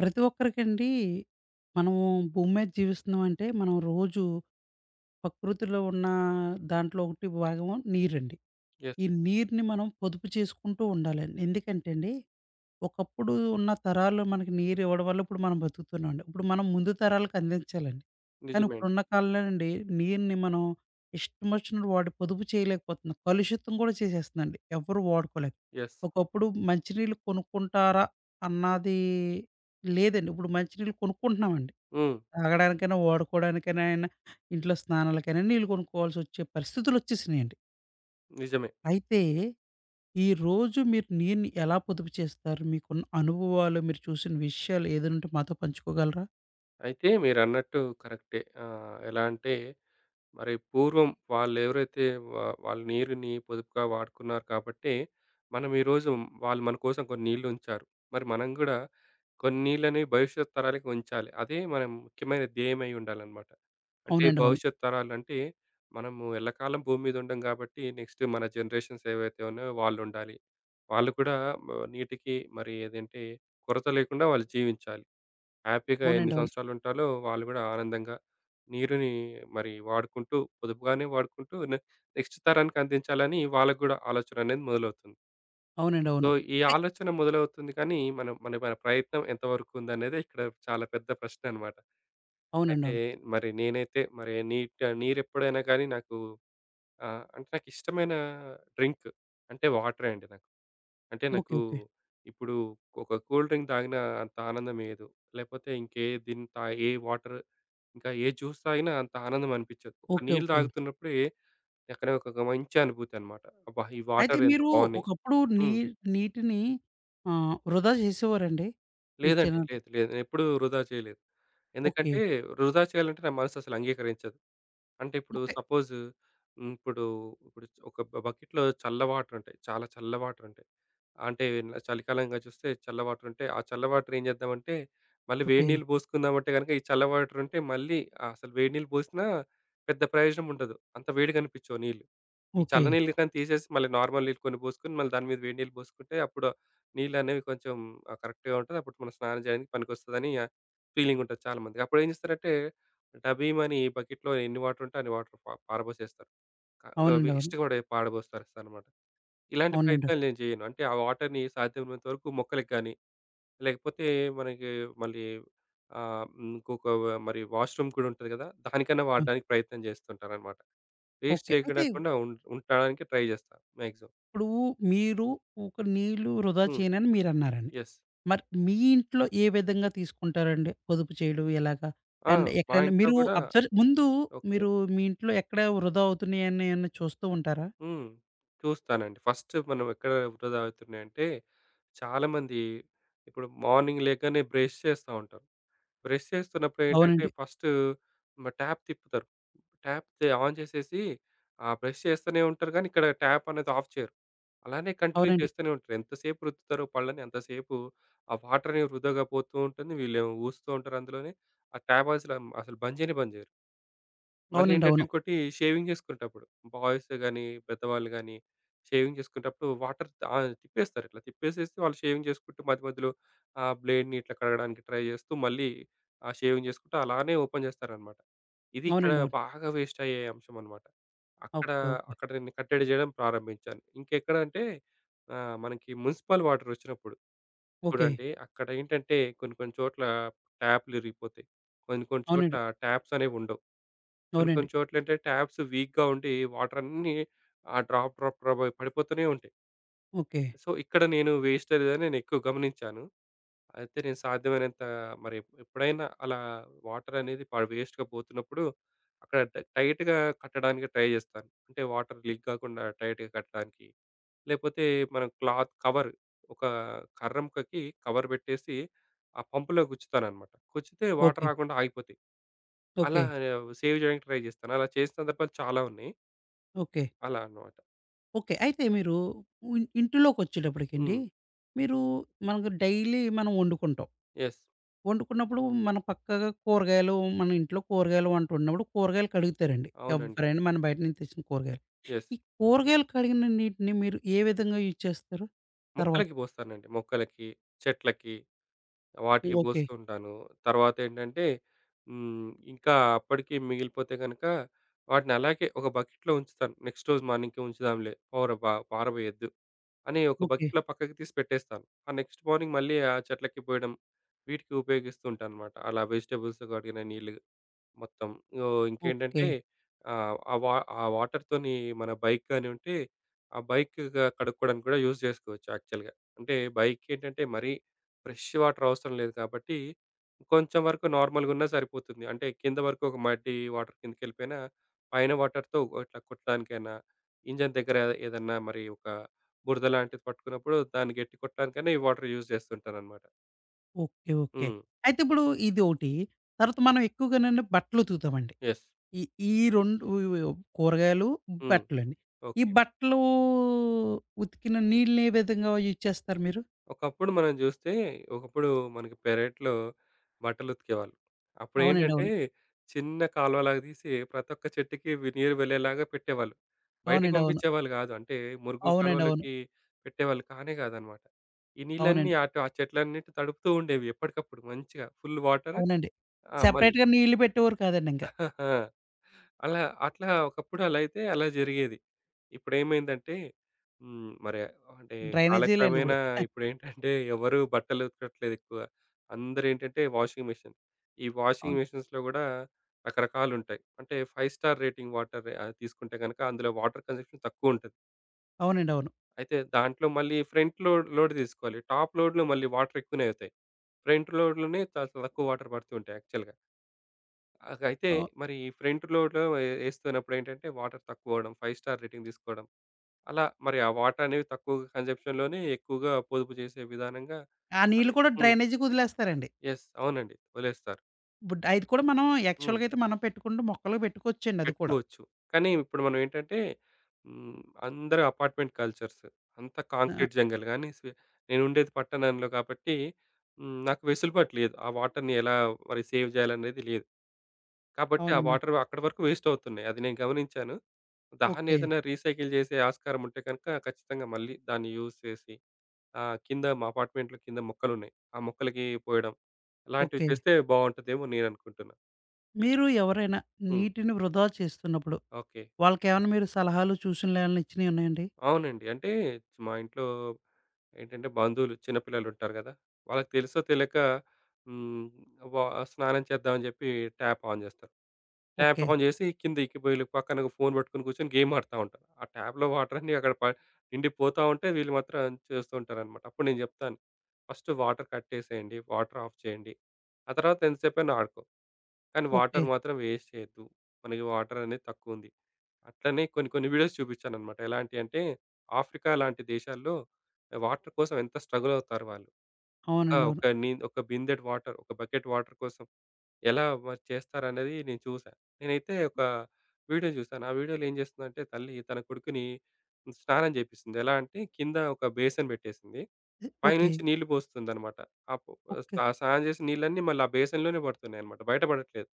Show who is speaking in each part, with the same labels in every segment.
Speaker 1: ప్రతి ఒక్కరికండి మనము భూమి మీద జీవిస్తున్నాం అంటే మనం రోజు ప్రకృతిలో ఉన్న దాంట్లో ఒకటి భాగం నీరండి.
Speaker 2: యెస్.
Speaker 1: ఈ నీరుని మనం పొదుపు చేసుకుంటూ ఉండాలండి. ఎందుకంటే అండి ఒకప్పుడు ఉన్న తరాలు మనకి నీరు ఇవ్వడం వల్ల ఇప్పుడు మనం బతుకుతున్నాం అండి. ఇప్పుడు మనం ముందు తరాలకు అందించాలండి. కానీ
Speaker 2: నిజమే అండి.
Speaker 1: ఇప్పుడున్న కాలంలోనండి నీరుని మనం ఇష్టం వచ్చినట్టు వాడి పొదుపు చేయలేకపోతున్నాం. కలుషితం కూడా చేసేస్తుందండి. ఎవరు వాడుకోలేక.
Speaker 2: యెస్.
Speaker 1: ఒకప్పుడు మంచినీళ్ళు కొనుక్కుంటారా అన్నది లేదండి. ఇప్పుడు మంచినీళ్ళు కొనుక్కుంటున్నామండి.
Speaker 2: హ్మ్.
Speaker 1: తాగడానికైనా, వాడుకోవడానికైనా, ఇంట్లో స్నానాలకైనా నీళ్ళు కొనుక్కోవాల్సి వచ్చే పరిస్థితులు వచ్చేసినాయండి.
Speaker 2: నిజమే.
Speaker 1: అయితే ఈ రోజు మీరు నీరుని ఎలా పొదుపు చేస్తారు? మీకున్న అనుభవాలు, మీరు చూసిన విషయాలు ఏదైనుంటే మాతో పంచుకోగలరా?
Speaker 2: అయితే మీరన్నట్టు కరెక్టే. ఎలా అంటే మరి పూర్వం వాళ్ళెవరైతే వాళ్ళు నీరుని పొదుపుగా వాడుకున్నారు కాబట్టే, మనం ఈరోజు వాళ్ళు మన కోసం కొన్ని నీళ్ళు ఉంచారు. మరి మనం గూడా కొన్ని నీళ్ళని భవిష్యత్ తరాలకి ఉంచాలి. అదే మనం ముఖ్యమైన ధ్యేయమై ఉండాలన్నమాట. అంటే
Speaker 1: అవునండి. అవును.
Speaker 2: భవిష్యత్ తరాలంటే మనము ఎల్లకాలం భూమి మీద ఉండం కాబట్టి నెక్స్ట్ మన జనరేషన్స్ ఏవైతే ఉన్నాయో వాళ్ళు ఉండాలి. వాళ్ళు కూడా మ నీటికి మరి ఏదంటే కొరత లేకుండా వాళ్ళు జీవించాలి. హ్యాపీగా ఎన్ని
Speaker 1: అవునండి. అవును.
Speaker 2: సంవత్సరాలు ఉంటాలో వాళ్ళు కూడా ఆనందంగా నీరుని మరి వాడుకుంటూ, పొదుపుగానే వాడుకుంటూ నెక్స్ట్ తరానికి అందించాలని వాళ్ళకి కూడా ఆలోచన అనేది మొదలవుతుంది.
Speaker 1: అవునండి.
Speaker 2: సో,
Speaker 1: అవును.
Speaker 2: ఈ
Speaker 1: అయ్
Speaker 2: ఆలోచన మొదలవుతుంది కానీ మనం మన మన ప్రయత్నం ఎంతవరకు ఉందనేదే ఇక్కడ చాలా పెద్ద ప్రశ్న అన్నమాట.
Speaker 1: అవునండి.
Speaker 2: అయితే
Speaker 1: అవును.
Speaker 2: మరి నేనైతే మరి నీరెప్పుడైనా కానీ నాకు అంటే నాకిష్టమైన డ్రింక్ అంటే వాటరే అండి నాకు. అంటే
Speaker 1: ఓకే.
Speaker 2: నాకు
Speaker 1: ఓకే.
Speaker 2: ఇప్పుడు ఒక కూల్ డ్రింక్ తాగిన అంత ఆనందం ఏయదు. లేకపోతే ఇంకే దీన్ని తా ఏ వాటర్ ఇంకా ఏ జ్యూస్ తాగినా అంత ఆనందం అనిపించదు. ఒక
Speaker 1: ఓకే.
Speaker 2: నీళ్ళు
Speaker 1: ఓకే.
Speaker 2: తాగుతున్నప్పుడే అక్కడ ఒక ఒక మంచి అనుభూతి అన్నమాట. అబ్బా! ఈ
Speaker 1: అయితే
Speaker 2: వాటర్ ఎంత
Speaker 1: మీరు
Speaker 2: బాగున్నాయి.
Speaker 1: ఒకప్పుడు
Speaker 2: హ్మ్.
Speaker 1: నీటిని వృధా చేసేవారండి? మీ
Speaker 2: లేదండి.
Speaker 1: చిన్నప్పుడు.
Speaker 2: లేదు. లేదు. నేనెప్పుడూ వృధా చేయలేదు.
Speaker 1: ఓకే.
Speaker 2: ఎందుకంటే వృధా చేయాలంటే నా మనసు అసలు అంగీకరించదు. అంటే ఇప్పుడు
Speaker 1: ఓకే.
Speaker 2: సపోజ్ ఇప్పుడు ఇప్పుడు ఒక బకెట్‌లో చల్ల వాటర్ ఉంటాయి. చాలా చల్ల వాటర్ ఉంటాయి. అంటే ఇలా చలికాలంగా చూస్తే చల్ల వాటర్ ఉంటాయి. ఆ చల్ల వాటర్ ఏం చేద్దామంటే మళ్ళీ వేడి
Speaker 1: ఓకే.
Speaker 2: నీళ్ళు పోసుకుందామంటే గనుక ఈ చల్ల వాటర్ ఉంటే మళ్ళీ ఆ అసలు వేడి నీళ్ళు పోసినా పెద్ద ప్రయోజనం ఉండదు. అంత వేడిగా అనిపించవు నీళ్ళు. ఈ
Speaker 1: ఓకే.
Speaker 2: చల్ల నీళ్ళు కానీ తీసేసి మళ్ళీ నార్మల్ నీళ్ళు కొన్ని పోసుకొని మళ్ళీ దాని మీద వేడి నీళ్ళు పోసుకుంటే అప్పుడు నీళ్ళనేవి కొంచెం కరెక్ట్‌గా ఉంటది. అప్పుడు మనం స్నానం చేయడానికి పనికొస్తదని ఫీలింగ్ ఉంటది చాలా మందికి. అప్పుడు ఏం చేస్తారంటే డబీ మని బకెట్‌లో ఎన్ని వాటర్ ఉంటే అన్ని వాటర్ పారబోసేస్తారు. క
Speaker 1: అవునండి. అవును.
Speaker 2: వేస్ట్ కూడా పారబోస్తారనమాట. ఇలాంటి
Speaker 1: అవునండి.
Speaker 2: ప్రయత్నాలు నేను చేయను. అంటే ఆ వాటర్‌ని సాధ్యమైనంత వరకు మొక్కలకి గాని, లేకపోతే మనకి మళ్ళీ ఆహ్, హ్మ్, ఇంకొక మరి వాష్‌రూమ్ కూడా ఉంటది కదా! దానికన్నా
Speaker 1: అవును.
Speaker 2: వాడడానికి ప్రయత్నం చేస్తుంటాననమాట. Waste
Speaker 1: okay. అయితే
Speaker 2: చేయకుండా ఉం ఉండడానికి ట్రై చేస్తా మాక్సిమం.
Speaker 1: ఇప్పుడు మీరు ఒక నీళ్ళు వృధా
Speaker 2: హ్మ్.
Speaker 1: చేయనని మీరన్నారండి.
Speaker 2: యెస్.
Speaker 1: మరి మీ ఇంట్లో ఏ విధంగా తీసుకుంటారండి? పొదుపు చేయడం ఎలాగా?
Speaker 2: ఆ!
Speaker 1: అండ్
Speaker 2: మా
Speaker 1: ఎక్కడైనా
Speaker 2: ఇంట్లో
Speaker 1: మీరు
Speaker 2: కూడా
Speaker 1: అబ్జర్వ్ ముందు
Speaker 2: ఓకే.
Speaker 1: మీరు మీ ఇంట్లో ఎక్కడ వృధా అవుతున్నాయని ఏమన్నా చూస్తూ ఉంటారా?
Speaker 2: హ్మ్. చూస్తానండి. ఫస్ట్ మనం ఎక్కడ వృధా అవుతున్నాయంటే చాలామంది ఇప్పుడు మార్నింగ్ లేకనే బ్రష్ చేస్తా ఉంటారు. బ్రష్ చేస్తున్నప్పుడు ఏంటంటే
Speaker 1: అవునండి.
Speaker 2: ఫస్ట్ ట్యాప్ తిప్పుతారు. ట్యాప్ తే ఆన్ చేసేసి ఆ బ్రష్ చేస్తూనే ఉంటారు కానీ ఇక్కడ ట్యాప్ అనేది ఆఫ్ చేయరు. అలానే కంటిన్యూ
Speaker 1: అవునండి.
Speaker 2: చేస్తూనే ఉంటారు. ఎంతసేపు రుద్దుతారో పళ్ళని అంతసేపు ఆ వాటర్ అనేవి వృధాగా పోతూ ఉంటుంది. వీళ్ళేమో ఊస్తూ ఉంటారు అందులోనే. ఆ ట్యాప్ అసలు అసలు బంద్ చేయనే బంద్ చేయరు. మళ్ళీ
Speaker 1: అవునండి.
Speaker 2: ఏంటంటే
Speaker 1: అవును.
Speaker 2: ఇంకోటి షేవింగ్ చేసుకునేటప్పుడు బాయ్స్ గాని, పెద్దవాళ్ళు గాని షేవింగ్ చేసుకునేటప్పుడు వాటర్ ఆ! తిప్పేస్తారు. ఇట్లా తిప్పేసేసి వాళ్ళు షేవింగ్ చేసుకుంటూ మధ్య మధ్యలో ఆ బ్లేడ్‌ని ఇట్లా కడగడానికి ట్రై చేస్తూ మళ్ళీ ఆ షేవింగ్ చేసుకుంటూ అలానే ఓపెన్ చేస్తారనమాట. ఇది ఇక్కడ
Speaker 1: అవునండి. అవును.
Speaker 2: బాగా వేస్ట్ అయ్యే అంశం అనమాట. అక్కడ,
Speaker 1: ఓకే. ఓకే.
Speaker 2: అక్కడ నేను కట్టడి చేయడం ప్రారంభించాను. ఇంకెక్కడంటే మనకి మునిసిపల్ వాటర్ వచ్చినప్పుడు
Speaker 1: ఓకే.
Speaker 2: చూడండి అక్కడ ఏంటంటే కొన్ని కొన్ని చోట్ల ట్యాప్‌లు ఇరిగిపోతాయి. కొన్ని కొన్ని చోట్ల
Speaker 1: అవునండి.
Speaker 2: ట్యాప్స్ అనేవి ఉండవు. కొన్ని
Speaker 1: అవునండి.
Speaker 2: కొన్ని చోట్లేంటంటే ట్యాప్స్ వీక్‌గా ఉండి వాటరన్నీ ఆ డ్రాప్, డ్రాప్, డ్రాప్ అయి పడిపోతూనే ఉంటాయి.
Speaker 1: ఓకే.
Speaker 2: సో, ఇక్కడ నేను వేస్టేజ్‌గా ఎక్కువ గమనించాను. అయితే నేను సాధ్యమైనంత మరి ఎప్పుడైనా అలా వాటరనేది వేస్ట్‌గా పోతున్నప్పుడు అక్కడ టైట్‌గా కట్టడానికి ట్రై చేస్తాను. అంటే వాటర్ లీక్ కాకుండా టైట్‌గా కట్టడానికి. లేకపోతే మనం క్లాత్ కవర్ ఒక కర్ర ముక్కకి కవర్ పెట్టేసి ఆ పంపులో గుచ్చుతాననమాట. గుచ్చితే వాటర్
Speaker 1: ఓకే.
Speaker 2: రాకుండా ఆగిపోతాయి. అలా
Speaker 1: ఓకే.
Speaker 2: సేవ్ చేయడానికి ట్రై చేస్తాను. అలా చేసిన సందర్భాలు చాలా ఉన్నాయి.
Speaker 1: ఓకే.
Speaker 2: అలా అన్నమాట.
Speaker 1: ఓకే. అయితే మీరు ఇంటిలోకొచ్చేటప్పటికండి,
Speaker 2: హ్మ్.
Speaker 1: మీరు మనకు డైలీ మనం వండుకుంటాం.
Speaker 2: యెస్.
Speaker 1: వండుకున్నప్పుడు మనం పక్కాగా కూరగాయలు మన ఇంట్లో కూరగాయలు వంట వండినప్పుడు కూరగాయలు కడుగుతారండి.
Speaker 2: అవునండి.
Speaker 1: ఎవ్వరైనా మనం బయట నుంచి తెచ్చిన కూరగాయలు.
Speaker 2: యెస్.
Speaker 1: ఈ కూరగాయలు కడిగిన నీటిని మీరు ఏ విధంగా యూజ్ చేస్తారు? తర్వాత
Speaker 2: మొక్కలకి పోస్తానండి. మొక్కలకి, చెట్లకి, వాటికి
Speaker 1: ఓకే.
Speaker 2: పోస్తూ ఉంటాను. తర్వాతేంటంటే ఇంకా అప్పటికి మిగిలిపోతే గనక వాటిని అలాగే ఒక బకెట్‌లో ఉంచుతాను. నెక్స్ట్ రోజు మార్నింగ్‌కి ఉంచుదాంలే పౌర పా పారబోయొద్దు అని ఒక
Speaker 1: ఓకే.
Speaker 2: బకెట్‌లో పక్కకి తీసి పెట్టేస్తాను. ఆ నెక్స్ట్ మార్నింగ్ మళ్ళీ ఆ చెట్లకి పోయడం వీటికి ఉపయోగిస్తూ ఉంటానన్నమాట. అలా వెజిటబుల్స్ కడిగిన నీళ్ళు. మొత్తం. ఓహ్!
Speaker 1: ఓకే.
Speaker 2: ఇంకేంటంటే ఆహ్, ఆ వా ఆ వాటర్‌తోని మన బైక్ గాని ఉంటే, ఆ బైక్ కడుక్కోవడానికి కూడా యూజ్ చేసుకోవచ్చు యాక్చువల్‌గా. అంటే బైక్ ఏంటంటే మరీ ఫ్రెష్ వాటర్ అవసరం లేదు కాబట్టి, కొంచెం వరకు నార్మల్‌గున్నా సరిపోతుంది. అంటే కింద వరకు ఒక మడ్డి వాటర్ కిందకెళ్ళిపోయినా, పైన వాటర్‌తో ఇట్లా కొట్టడానికైనా, ఇంజిన్ దగ్గర ఏదన్నా మరి ఒక బురద లాంటిది పట్టుకున్నప్పుడు దాన్ని గట్టి కొట్టడానికైనా ఈ వాటర్ యూజ్ చేస్తుంటానన్నమాట.
Speaker 1: ఓకే. ఓకే.
Speaker 2: హ్మ్.
Speaker 1: అయితే ఇప్పుడు ఇదోటి. తర్వాత మనం ఎక్కువగానండి బట్టలు ఉతుకుతామండి.
Speaker 2: యెస్.
Speaker 1: ఈ ఈ 2 కూరగాయలు,
Speaker 2: హ్మ్.
Speaker 1: బట్టలండి. ఈ
Speaker 2: ఓకే.
Speaker 1: బట్టలు ఉతికిన నీళ్ళని ఏ విధంగా యూజ్ చేస్తారు మీరు?
Speaker 2: ఒకప్పుడు మనం జూస్తే, ఒకప్పుడు మనకి పెరట్లో బట్టలుతికేవాళ్ళు.
Speaker 1: అవునండి.
Speaker 2: అప్పుడేంటంటే,
Speaker 1: అవును.
Speaker 2: చిన్న కాలువలాగా తీసి ప్రతి ఒక్క చెట్టుకి నీరు వెళ్ళేలాగా పెట్టేవాళ్ళు. బయటికి
Speaker 1: అవునండి. అవును.
Speaker 2: పంపించేవాళ్ళు గాదు. అంటే మురుగు
Speaker 1: అవునండి. అవును.
Speaker 2: కాలువలకి పెట్టేవాళ్ళు కానే కాదనమాట. ఈ నీళ్ళన్నీ
Speaker 1: అవునండి.
Speaker 2: అటు ఆ చెట్లన్నిటి తడుపుతూ ఉండేవి ఎప్పటికప్పుడు మంచిగా. Full water.
Speaker 1: అవునండి.
Speaker 2: ఆ! మళ్ళీ
Speaker 1: సెపరేట్‌గా నీళ్లు పెట్టేవారు కాదండింక.
Speaker 2: అలా అట్లా ఒకప్పుడు అలా అయితే అలా జరిగేది. ఇప్పుడేమైందంటే హ్మ్. మరి అంటే
Speaker 1: డ్రైనేజీ‌లెండి ఇప్పుడు.
Speaker 2: కాలక్రమేణా ఇప్పుడేంటంటే ఎవరు బట్టలు ఉతకట్లేదెక్కువ. అందరేంటంటే వాషింగ్ మిషన్. ఈ వాషింగ్
Speaker 1: అవును.
Speaker 2: మిషన్స్‌లో గూడా రకరకాలుంటాయి. అంటే 5 స్టార్ రేటింగ్ వాటర్ తీసుకుంటే గనక అందులో వాటర్ కన్జంప్షన్ తక్కువుంటది.
Speaker 1: అవునండి. అవును.
Speaker 2: అయితే దాంట్లో మళ్ళీ ఫ్రంట్ లోడ్ లోడ్ తీసుకోవాలి. టాప్ లోడ్‌లో మళ్ళీ వాటర్ ఎక్కువనే అవుతాయి. ఫ్రంట్ లోడ్‌లోనే చాలా తక్కువ వాటర్ పడుతూ ఉంటాయి యాక్చువల్‌గా. అయితే
Speaker 1: అవు
Speaker 2: మరి ఫ్రంట్ లోడ్‌లో ఏస్తున్నప్పుడు ఏంటంటే, వాటర్ తక్కువ అవ్వడం, 5 స్టార్ రేటింగ్ తీసుకోవడం. అలా మరి ఆ వాటర్ అనేవి తక్కువ కన్‌జంప్షన్‌లోనే ఎక్కువగా పొదుపు చేసే విధానంగా
Speaker 1: ఆ నీళ్లు
Speaker 2: మరి
Speaker 1: కూడా
Speaker 2: హ్మ్.
Speaker 1: డ్రైనేజీకి వదిలేస్తారండి.
Speaker 2: యెస్. అవునండి. వదిలేస్తారు.
Speaker 1: ఇప్పుడు అది కూడా మనం
Speaker 2: హ్మ్.
Speaker 1: యాక్చువల్‌గా అయితే మనం పెట్టుకుంటే మొక్కలకి పెట్టుకోవచ్చండి అది కూడా.
Speaker 2: పెట్టుకోవచ్చు. కానీ ఇప్పుడు మనం ఏంటంటే, హ్మ్, అందరూ అపార్ట్మెంట్ కల్చర్స్. అంతా
Speaker 1: ఆ!
Speaker 2: కాంక్రీట్ జంగల్ గాని నేనుండేది పట్టణంలో కాబట్టి నాకు వెసులుబాటు లేదు. ఆ వాటర్‌ని ఎలా మరి సేవ్ చేయాలనేది లేదు. కాబట్టి ఆ
Speaker 1: అవునండి.
Speaker 2: వాటర్ అక్కడి వరకు వేస్ట్ అవుతున్నాయి. అది నేను గమనించాను. దాన్ని
Speaker 1: ఓకే.
Speaker 2: ఏదైనా రీసైకిల్ చేసే ఆస్కారం ఉంటే గనుక ఖచ్చితంగా మళ్ళీ దాన్ని యూజ్ చేసి కింద మా అపార్ట్మెంట్‌లో కింద మొక్కలున్నాయి. ఆ మొక్కలకి పోయడం. అలాంటివి
Speaker 1: ఓకే.
Speaker 2: చేస్తే బావుంటదేమో నేను అనుకుంటున్నా.
Speaker 1: మీరు ఎవరైనా
Speaker 2: హ్మ్.
Speaker 1: నీటిని వృధా చేస్తున్నప్పుడు
Speaker 2: ఓకే.
Speaker 1: వాళ్ళకేమన్నా మీరు సలహాలు, సూచనలు ఏమన్నా ఇచ్చినయున్నాయండి?
Speaker 2: అవునండి. అంటే మా ఇంట్లో ఏంటంటే బంధువులు చిన్న పిల్లలుంటారు గదా! వాళ్ళకి తెలుసో తెలియక హ్మ్. వా స్నానం చేద్దామని జెప్పి ట్యాప్ ఆన్ జేస్తారు. Tap
Speaker 1: okay.
Speaker 2: ఆన్ జేసి కిందకి వీళ్ళు పక్కన ఫోను పట్టుకొని కూర్చొని గేమ్ ఆడుతా ఉంటారు. ఆ ట్యాప్‌లో వాటర్ అన్నీ అక్కడ నిండిపోతా ఉంటే వీళ్ళు మాత్రం చేస్తూ ఉంటారనమాట. అప్పుడు నేను జెప్తాను. "ఫస్ట్ వాటర్ కట్టేసేయండి. వాటర్ ఆఫ్ చేయండి. ఆ తర్వాత ఎంతసేపైనా ఆడుకో. కానీ
Speaker 1: ఓకే.
Speaker 2: వాటర్ మాత్రం వేస్ట్ చేయొద్దు. మనకి వాటర్ అనేది తక్కువుంది." అట్లనే కొన్ని కొన్ని వీడియోస్ చూపించానన్నమాట. ఎలాంటియంటే, ఆఫ్రికా లాంటి దేశాల్లో వాటర్ కోసం ఎంత స్ట్రగుల్ అవుతారు వాళ్ళు. ఒక
Speaker 1: అవునండి.
Speaker 2: ఒక
Speaker 1: అవును.
Speaker 2: నీ ఒక బిందెడు వాటర్, ఒక బకెట్ వాటర్ కోసం ఎలా మరి చేస్తారనేది నేను చూసా. నేనైతే ఒక వీడియో చూసాను. ఆ వీడియోలో ఏం చేస్తుందంటే తల్లి తన కొడుకుని స్నానం చేపిస్తుంది. ఎలా అంటే కింద ఒక బేసిన్ పెట్టేసింది.
Speaker 1: ఓకే.
Speaker 2: పైనుంచి నీళ్లు పోస్తుందన్నమాట. ఆ పొ
Speaker 1: ఓకే.
Speaker 2: స్నానం చేసిన నీళ్ళన్నీ మళ్ళీ ఆ బేసిన్‌లోనే పడుతున్నాయన్నమాట. బయట పడట్లేదు.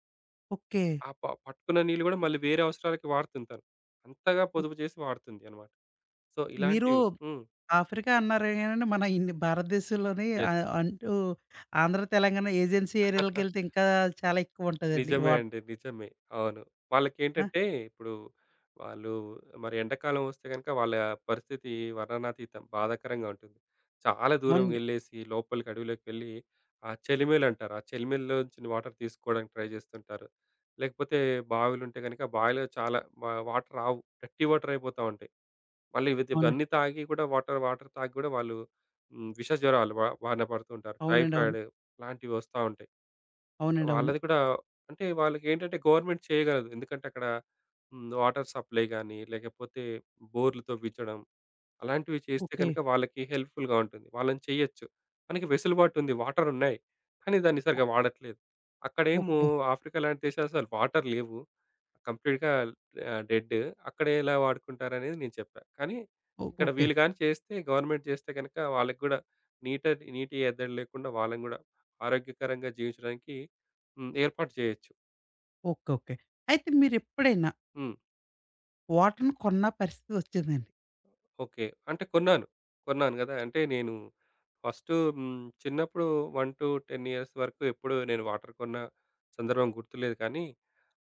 Speaker 1: ఓకే.
Speaker 2: ఆ ప పట్టుకున్న నీళ్ళు గూడా మళ్ళీ వేరే అవసరాలకి వాడుతుంటాను. అంతగా
Speaker 1: ఓహ్!
Speaker 2: పొదుపు చేసి వాడుతుంది అన్నమాట. సో,
Speaker 1: మీరు
Speaker 2: ఇలాంటివి హ్మ్.
Speaker 1: ఆఫ్రికా అన్నారు గానండి, మన భారతదేశంలోని
Speaker 2: యెస్.
Speaker 1: అంటూ ఆంధ్ర, తెలంగాణ ఏజెన్సీ ఏరియాలకెళ్తే ఇంకా చాలా ఎక్కువుంటదండి ఈ
Speaker 2: నిజమే
Speaker 1: వాటర్.
Speaker 2: అండి. నిజమే. అవును.
Speaker 1: ఆ!
Speaker 2: వాళ్ళకేంటంటే ఇప్పుడు వాళ్ళు మరి ఎండాకాలం వస్తే గనుక వాళ్ళ పరిస్థితి వర్ణనాతీతం. బాధాకరంగా ఉంటుంది. చాలా దూరం
Speaker 1: అవునండి.
Speaker 2: వెళ్ళేసి లోపలికి అడవిలోకి వెళ్లి ఆ చెలిమేలంటారు. ఆ చెలిమేల్లోంచి వాటర్ తీసుకోవడానికి ట్రై చేస్తుంటారు. లేకపోతే బావిలుంటే గనుక బావిలో చాలా వాటర్ రావు. డర్టీ వాటర్ అయిపోతా ఉంటాయి. మళ్ళీ ఇవి
Speaker 1: అవునండి.
Speaker 2: ఇవన్నీ తాగి కూడా వాటర్ వాటర్ తాగి కూడా వాళ్ళు హ్మ్. విష జ్వరాలు బారిన పడుతుంటారు.
Speaker 1: అవునండి. అవును.
Speaker 2: టైఫాయిడ్ ఇలాంటివి వస్తా ఉంటాయి.
Speaker 1: అవునండి. అవును.
Speaker 2: వాళ్ళది కూడా అంటే వాళ్ళకేంటంటే గవర్నమెంట్ చేయగలదు. ఎందుకంటే అక్కడ వాటర్ సప్లై గాని, లేకపోతే బోర్‌లతో ఇవ్వించడం, అలాంటివి చేస్తే
Speaker 1: ఓకే.
Speaker 2: గనుక వాళ్ళకి హెల్ప్‌ఫుల్‌గా ఉంటుంది. వాళ్ళని చేయొచ్చు. మనకి వెసులుబాటు ఉంది. వాటర్ ఉన్నాయి. కానీ దాన్ని సరిగ్గా
Speaker 1: ఓకే.
Speaker 2: వాడట్లేదు. అక్కడేమో
Speaker 1: ఓకే.
Speaker 2: ఆఫ్రికా లాంటి దేశాలు అసలు వాటర్ లేవు. కంప్లీట్‌గా డెడ్. అక్కడ ఎలా వాడుకుంటారనేది నేను చెప్పా. కానీ
Speaker 1: ఓ
Speaker 2: ఇక్కడ
Speaker 1: ఓకే.
Speaker 2: వీళ్ళు గాని చేస్తే గవర్నమెంట్ చేస్తే గనుక వాళ్ళకి గూడా నీట నీటి ఎద్దడి లేకుండా వాళ్ళని గూడా ఆరోగ్యకరంగా జీవించడానికి ఏర్పాటు చేయొచ్చు.
Speaker 1: ఓకే. ఓకే. అయితే మీరెప్పుడైనా
Speaker 2: హ్మ్.
Speaker 1: వాటర్‌ని కొన్న పరిస్థితి వచ్చిందండి?
Speaker 2: ఓకే. అంటే కొన్నాను. కొన్నాను గదా! అంటే నేను ఫస్టు హ్మ్. చిన్నప్పుడు 1-10 ఇయర్స్ వరకు ఎప్పుడు నేను వాటర్ కొన్న సందర్భం గుర్తులేదు కానీ,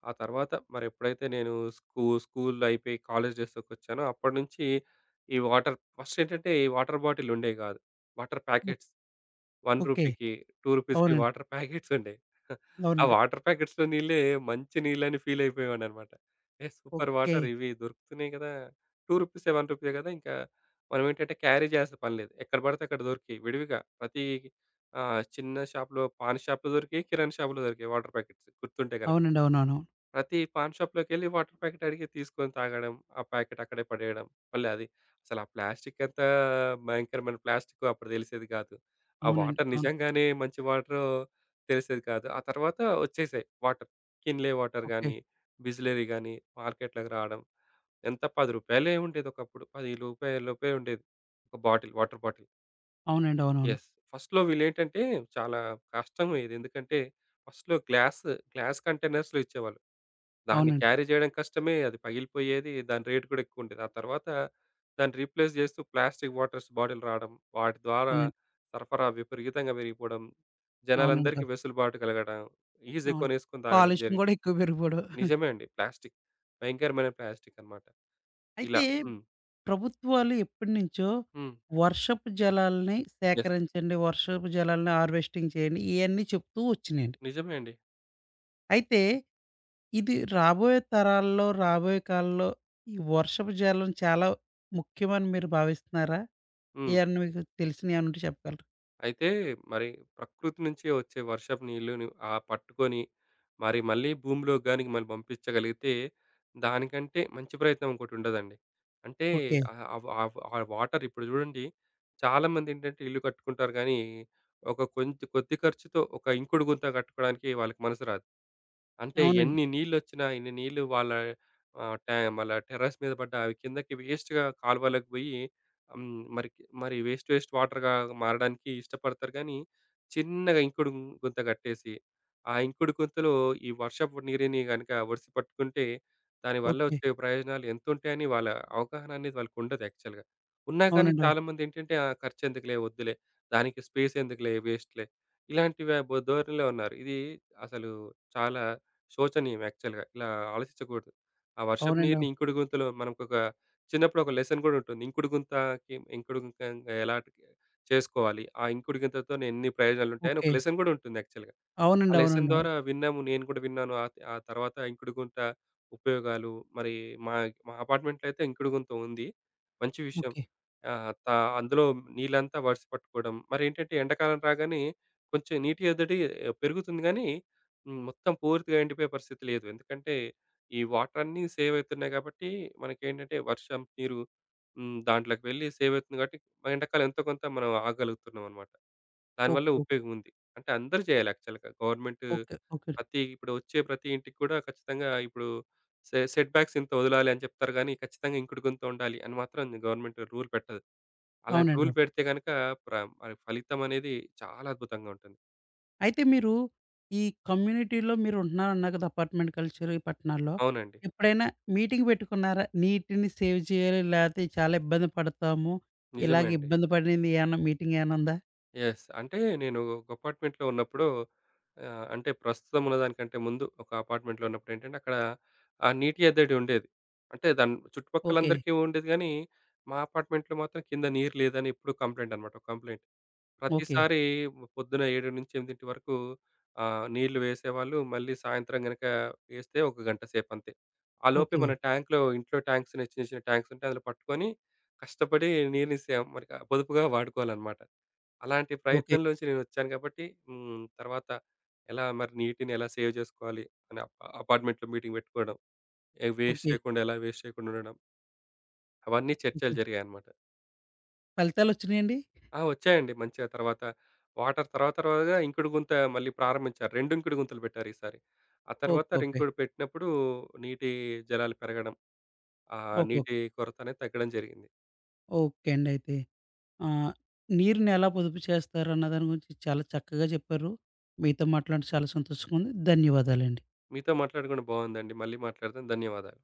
Speaker 2: ఆ తర్వాత మరెప్పుడైతే నేను స్కూల్ అయిపోయి కాలేజ్ డేస్‌లోకొచ్చానో అప్పటినుంచి ఈ వాటర్ ఫస్టేంటంటే ఈ వాటర్ బాటిలుండేవి కాదు. వాటర్
Speaker 1: ఓ
Speaker 2: ప్యాకెట్స్ రూ.
Speaker 1: ఓకే.
Speaker 2: 1కి, రూ. 2కి
Speaker 1: అవునండి.
Speaker 2: వాటర్ ప్యాకెట్స్ ఉండేవి. ఆ
Speaker 1: అవునండి.
Speaker 2: వాటర్ ప్యాకెట్స్‌లో నీళ్ళే మంచి నీళ్ళని ఫీల్ అయిపోయేవాడినన్నమాట. ఏ సూపర్
Speaker 1: ఓకే.
Speaker 2: వాటర్ ఇవి దొరుకుతున్నాయి కదా! రూ. 2 రూ. 1 కదా! ఇంకా మనం ఏంటంటే క్యారీ చేయాల్సిన పని లేదు. ఎక్కడ పడితే అక్కడ దొరికేయి విడివిగా. ప్రతి చిన్న షాప్‌లో, పాన్ షాప్‌లో దొరికేయి, కిరాణా షాప్‌లో దొరికేయి వాటర్ ప్యాకెట్స్ గుర్తుంటే గనక.
Speaker 1: అవునండి. అవునవును.
Speaker 2: ప్రతి పాన్ షాప్‌లోకెళ్ళి వాటర్ ప్యాకెట్ అడిగి తీసుకొని తాగడం. ఆ ప్యాకెట్ అక్కడే పడేయడం. మళ్ళీ అది అసలు ఆ ప్లాస్టిక్ ఎంత భయంకరమైన ప్లాస్టికో అప్పుడు తెలిసేది కాదు. ఆ
Speaker 1: అవునండి.
Speaker 2: వాటర్
Speaker 1: అవును.
Speaker 2: నిజంగానే మంచి వాటరో తెలిసేది కాదు. ఆ తర్వాత వచ్చేసాయి వాటర్. Kinley water
Speaker 1: okay.
Speaker 2: గానీ, బిస్లెరీ గానీ మార్కెట్‌లోకి రావడం. ఎంత రూ. 10 ఉండేది ఒకప్పుడు. రూ. 10 రూపాయల లోపే ఉండేది. ఒక బాటిల్ వాటర్ బాటిల్.
Speaker 1: అవునండి. అవునవును.
Speaker 2: యెస్. ఫస్ట్‌లో వీళ్ళేంటంటే చాలా కష్టం ఇది. ఎందుకంటే ఫస్ట్‌లో గ్లాస్, గ్లాస్ కంటైనర్స్‌లో ఇచ్చేవాళ్ళు. దాన్ని
Speaker 1: అవునండి.
Speaker 2: క్యారీ చేయడం కష్టమే. అది పగిలిపోయేది. దాని రేట్ కూడా ఎక్కువుండేది. ఆ తర్వాత దాన్ని రీప్లేస్ చేస్తూ ప్లాస్టిక్ వాటర్స్ బాటిల్ రావడం. వాటి ద్వారా
Speaker 1: అవునండి.
Speaker 2: సరఫరా విపరీతంగా పెరిగిపోవడం.
Speaker 1: అవునండి. అవును.
Speaker 2: జనాలందరికీ వెసులుబాటు కలగడం. ఈజీ
Speaker 1: అవును.
Speaker 2: కొనేసుకొని తాగడం
Speaker 1: కాలుష్యం
Speaker 2: జరిగింది.
Speaker 1: గూడా ఎక్కువ పెరిగిపోవడం.
Speaker 2: నిజమే అండి. ప్లాస్టిక్. భయంకరమైన ప్లాస్టిక్ అన్నమాట. ఇలా.
Speaker 1: అయితే
Speaker 2: హ్మ్.
Speaker 1: ప్రభుత్వాలు ఎప్పటినుంచో
Speaker 2: హ్మ్.
Speaker 1: వర్షపు జలాల్ని
Speaker 2: యెస్.
Speaker 1: సేకరించండి, వర్షపు జలాల్ని హార్వెస్టింగ్ చేయండి, ఇయన్నీ చెప్తూ వచ్చినియండి.
Speaker 2: నిజమే అండి.
Speaker 1: అయితే ఇది రాబోయే తరాల్లో, రాబోయే కాలంలో ఈ వర్షపు జలం చాలా ముఖ్యమని మీరు భావిస్తున్నారా?
Speaker 2: హ్మ్.
Speaker 1: ఏయన్నా మీకు తెలిసినయేమన్నా ఉంటే చెప్పగలరా?
Speaker 2: అయితే మరి ప్రకృతి నుంచి వచ్చే వర్షపు నీళ్ళుని ఆ పట్టుకొని మరి మళ్ళీ భూమిలోకి గాని మళ్ళీ పంపించగలిగితే దానికంటే మంచి ప్రయత్నం ఇంకోటి ఉండదండి. అంటే
Speaker 1: ఓకే.
Speaker 2: ఆహ్, ఆ వా ఆ వాటర్ ఇప్పుడు చూడండి చాలామంది ఏంటంటే ఇల్లు కట్టుకుంటారు గానీ, ఒక కొంచెం కొద్ది ఖర్చుతో ఒక ఇంకుడు గుంత కట్టుకోవడానికి వాళ్ళకి మనసు రాదు. అంటే
Speaker 1: అవునండి.
Speaker 2: ఎన్ని నీళ్ళొచ్చినా, ఎన్ని నీళ్ళు వాళ్ళ ఆహ్, ట్యా వాళ్ళ టెర్రస్ మీద పడ్డా అవి కిందకి వేస్ట్‌గా కాలువలోకి పోయి హ్మ్. మరి కి- మరి వేస్ట్ వేస్ట్ వాటర్‌గా మారడానికి ఇష్టపడతారు గానీ, చిన్నగా ఇంకుడు గుంత కట్టేసి, ఆ ఇంకుడు గుంతలో ఈ వర్షపు నీరుని గనక ఒడిసి పట్టుకుంటే, దానివల్ల
Speaker 1: ఓకే.
Speaker 2: వచ్చే ప్రయోజనాలు ఎంతుంటాయని వాళ్ళ అవగాహన అనేది వాళ్ళకుండదు యాక్చువల్‌గా. ఉన్నా కానీ
Speaker 1: అవునండి. అవును.
Speaker 2: చాలామందేంటంటే ఆ! ఖర్చెందుకులే, వద్దులే, దానికి స్పేసెందుకులే, వేస్ట్‌లే ఇలాంటివి ధోరణిలో ఉన్నారు. ఇది అసలు చాలా శోచనీయం యాక్చువల్‌గా. ఇలా ఆలోచించకూడదు. ఆ వర్షపు
Speaker 1: అవునండి. అవును.
Speaker 2: నీరుని ఇంకుడు గుంతలో మనకొక చిన్నప్పుడు ఒక లెసన్ కూడా ఉంటుంది. ఇంకుడు గుంత ఎలా చేసుకోవాలి? ఆ ఇంకుడు గుంతతో ఎన్ని ప్రయోజనాలుంటాయని ఒక
Speaker 1: ఓకే.
Speaker 2: లెసన్ కూడా ఉంటుంది యాక్చువల్‌గా. ఆ
Speaker 1: అవునండి.
Speaker 2: లెసన్
Speaker 1: అవునండి. అవును.
Speaker 2: ద్వారా విన్నాము. నేను కూడా విన్నాను. ఆ ఆ తర్వాత ఇంకుడుగుంట ఉపయోగాలు మరి మా మా అపార్ట్మెంట్‌లో అయితే ఇంకుడుగుంత ఉంది. మంచి విషయం.
Speaker 1: ఓకే.
Speaker 2: ఆహ్, త అందులో నీళ్ళంతా వడిసి పట్టుకోవడం. మరేంటంటే ఎండాకాలం రాగానే కొంచెం నీటి ఎద్దడి ఆ, పెరుగుతుంది గానీ, మొత్తం పూర్తిగా ఎండిపోయే పరిస్థితి లేదు. ఎందుకంటే ఈ వాటర్ అన్నీ సేవ్ అవుతున్నాయి కాబట్టి మనకేంటంటే వర్షం నీరు దాంట్లోకి వెళ్ళి సేవ్ అవుతుంది కాబట్టి మన ఎండాకాలం ఎంతో కొంత మనం ఆగలుగుతున్నామనమాట.
Speaker 1: ఓకే.
Speaker 2: దానివల్ల
Speaker 1: ఓకే.
Speaker 2: ఉపయోగం ఉంది. అంటే అందరూ
Speaker 1: ఓ
Speaker 2: చేయాలి యాక్చువల్‌గా. Government
Speaker 1: okay. ఓకే.
Speaker 2: ప్రతి ఇంటికి కూడా ఖచ్చితంగా ఇప్పుడు సెట్ బ్యాక్స్ ఇంత వదలాలి అని చెప్తారు గానీ, ఖచ్చితంగా ఇంకుడు గుంత ఉండాలి అని మాత్రం గవర్నమెంట్ రూల్ పెట్టదు. అలాంటి
Speaker 1: అవునండి.
Speaker 2: రూల్
Speaker 1: అవును.
Speaker 2: పెడితే గనక ప్ర మరి ఫలితం అనేది చాలా అద్భుతంగా ఉంటుంది.
Speaker 1: అయితే మీరు ఈ కమ్యూనిటీలో మీరుంటున్నారన్నారు కదా! అపార్ట్‌మెంట్ కల్చర్ ఈ పట్టణాల్లో.
Speaker 2: అవునండి.
Speaker 1: ఎప్పుడైనా మీటింగ్ పెట్టుకున్నారా? నీటిని సేవ్ చేయాలి లేతే చాలా ఇబ్బంది పడతాము.
Speaker 2: నిజమే
Speaker 1: ఇలాగ
Speaker 2: అండి.
Speaker 1: ఇబ్బంది పడింది ఏమన్నా మీటింగ్ ఏమన్నా ఉందా?
Speaker 2: యెస్. అంటే నేను ఒక అపార్ట్‌మెంట్‌లో ఉన్నప్పుడు అంటే ప్రస్తుతం ఉన్నదానికంటే ముందు ఒక అపార్ట్‌మెంట్‌లో ఉన్నప్పుడు ఏంటంటే అక్కడ ఆ నీటి ఎద్దడి ఉండేది. అంటే దాని
Speaker 1: ఓకే.
Speaker 2: చుట్టుపక్కలందరికీ ఉండేది గానీ, మా అపార్ట్‌మెంట్‌లో మాత్రం కింద నీరు లేదని ఎప్పుడు కంప్లెయింట్ అన్నమాట. ఒక కంప్లెయింట్.
Speaker 1: ఓకే.
Speaker 2: ప్రతిసారి పొద్దున 7-8 వరకు నీళ్లు వేసేవాళ్ళు. మళ్ళీ సాయంత్రం గనక వేస్తే ఒక గంట సేపు అంతే. ఆలోపే
Speaker 1: ఓకే.
Speaker 2: మన ట్యాంక్‌లో ఇంట్లో ట్యాంక్స్ ఉన్నాయి. చిన్న చిన్న ట్యాంక్స్ ఉంటాయి. అందులో పట్టుకొని కష్టపడి నీరుని మరి పొదుపుగా వాడుకోవాలన్నమాట. అలాంటి
Speaker 1: ఓకే.
Speaker 2: ప్రయత్నంలోంచి నేనొచ్చాను కాబట్టి హ్మ్. తర్వాత ఎలా మరి నీటిని ఎలా సేవ్ చేసుకోవాలి అని అపార్ట్మెంట్‌లో మీటింగ్ పెట్టుకోవడం. ఏ వేస్ట్
Speaker 1: ఓకే.
Speaker 2: చేయకుండా ఎలా వేస్ట్ చేయకుండా ఉండడం. అవన్నీ చర్చలు
Speaker 1: ఓకే.
Speaker 2: జరిగాయన్నమాట.
Speaker 1: ఫలితాలొచ్చినాయండి?
Speaker 2: ఆ! వచ్చాయండి మంచిగా తర్వాత వాటర్ తర్వాత తర్వాతగా ఇంకుడు గుంత మళ్ళీ ప్రారంభించారు. 2 ఇంకుడు గుంతలు పెట్టారు ఈసారి. ఆ
Speaker 1: ఓకే.
Speaker 2: తర్వాత
Speaker 1: ఓకే.
Speaker 2: ఇంకుడు పెట్టినప్పుడు నీటి జలాలు పెరగడం. ఆ
Speaker 1: ఓకే. ఓకే.
Speaker 2: నీటి కొరత అనేది తగ్గడం జరిగింది.
Speaker 1: ఓకే అండి అయితే. ఆహ్, నీరుని ఎలా పొదుపు చేస్తారన్న దాని గురించి చాలా చక్కగా చెప్పారు. మీతో మాట్లాడి చాలా సంతోషంగా ఉంది. ధన్యవాదాలండి.
Speaker 2: మీతో మాట్లాడడం కూడా బాగుందండి. మళ్ళీ మాట్లాడదాం. ధన్యవాదాలు.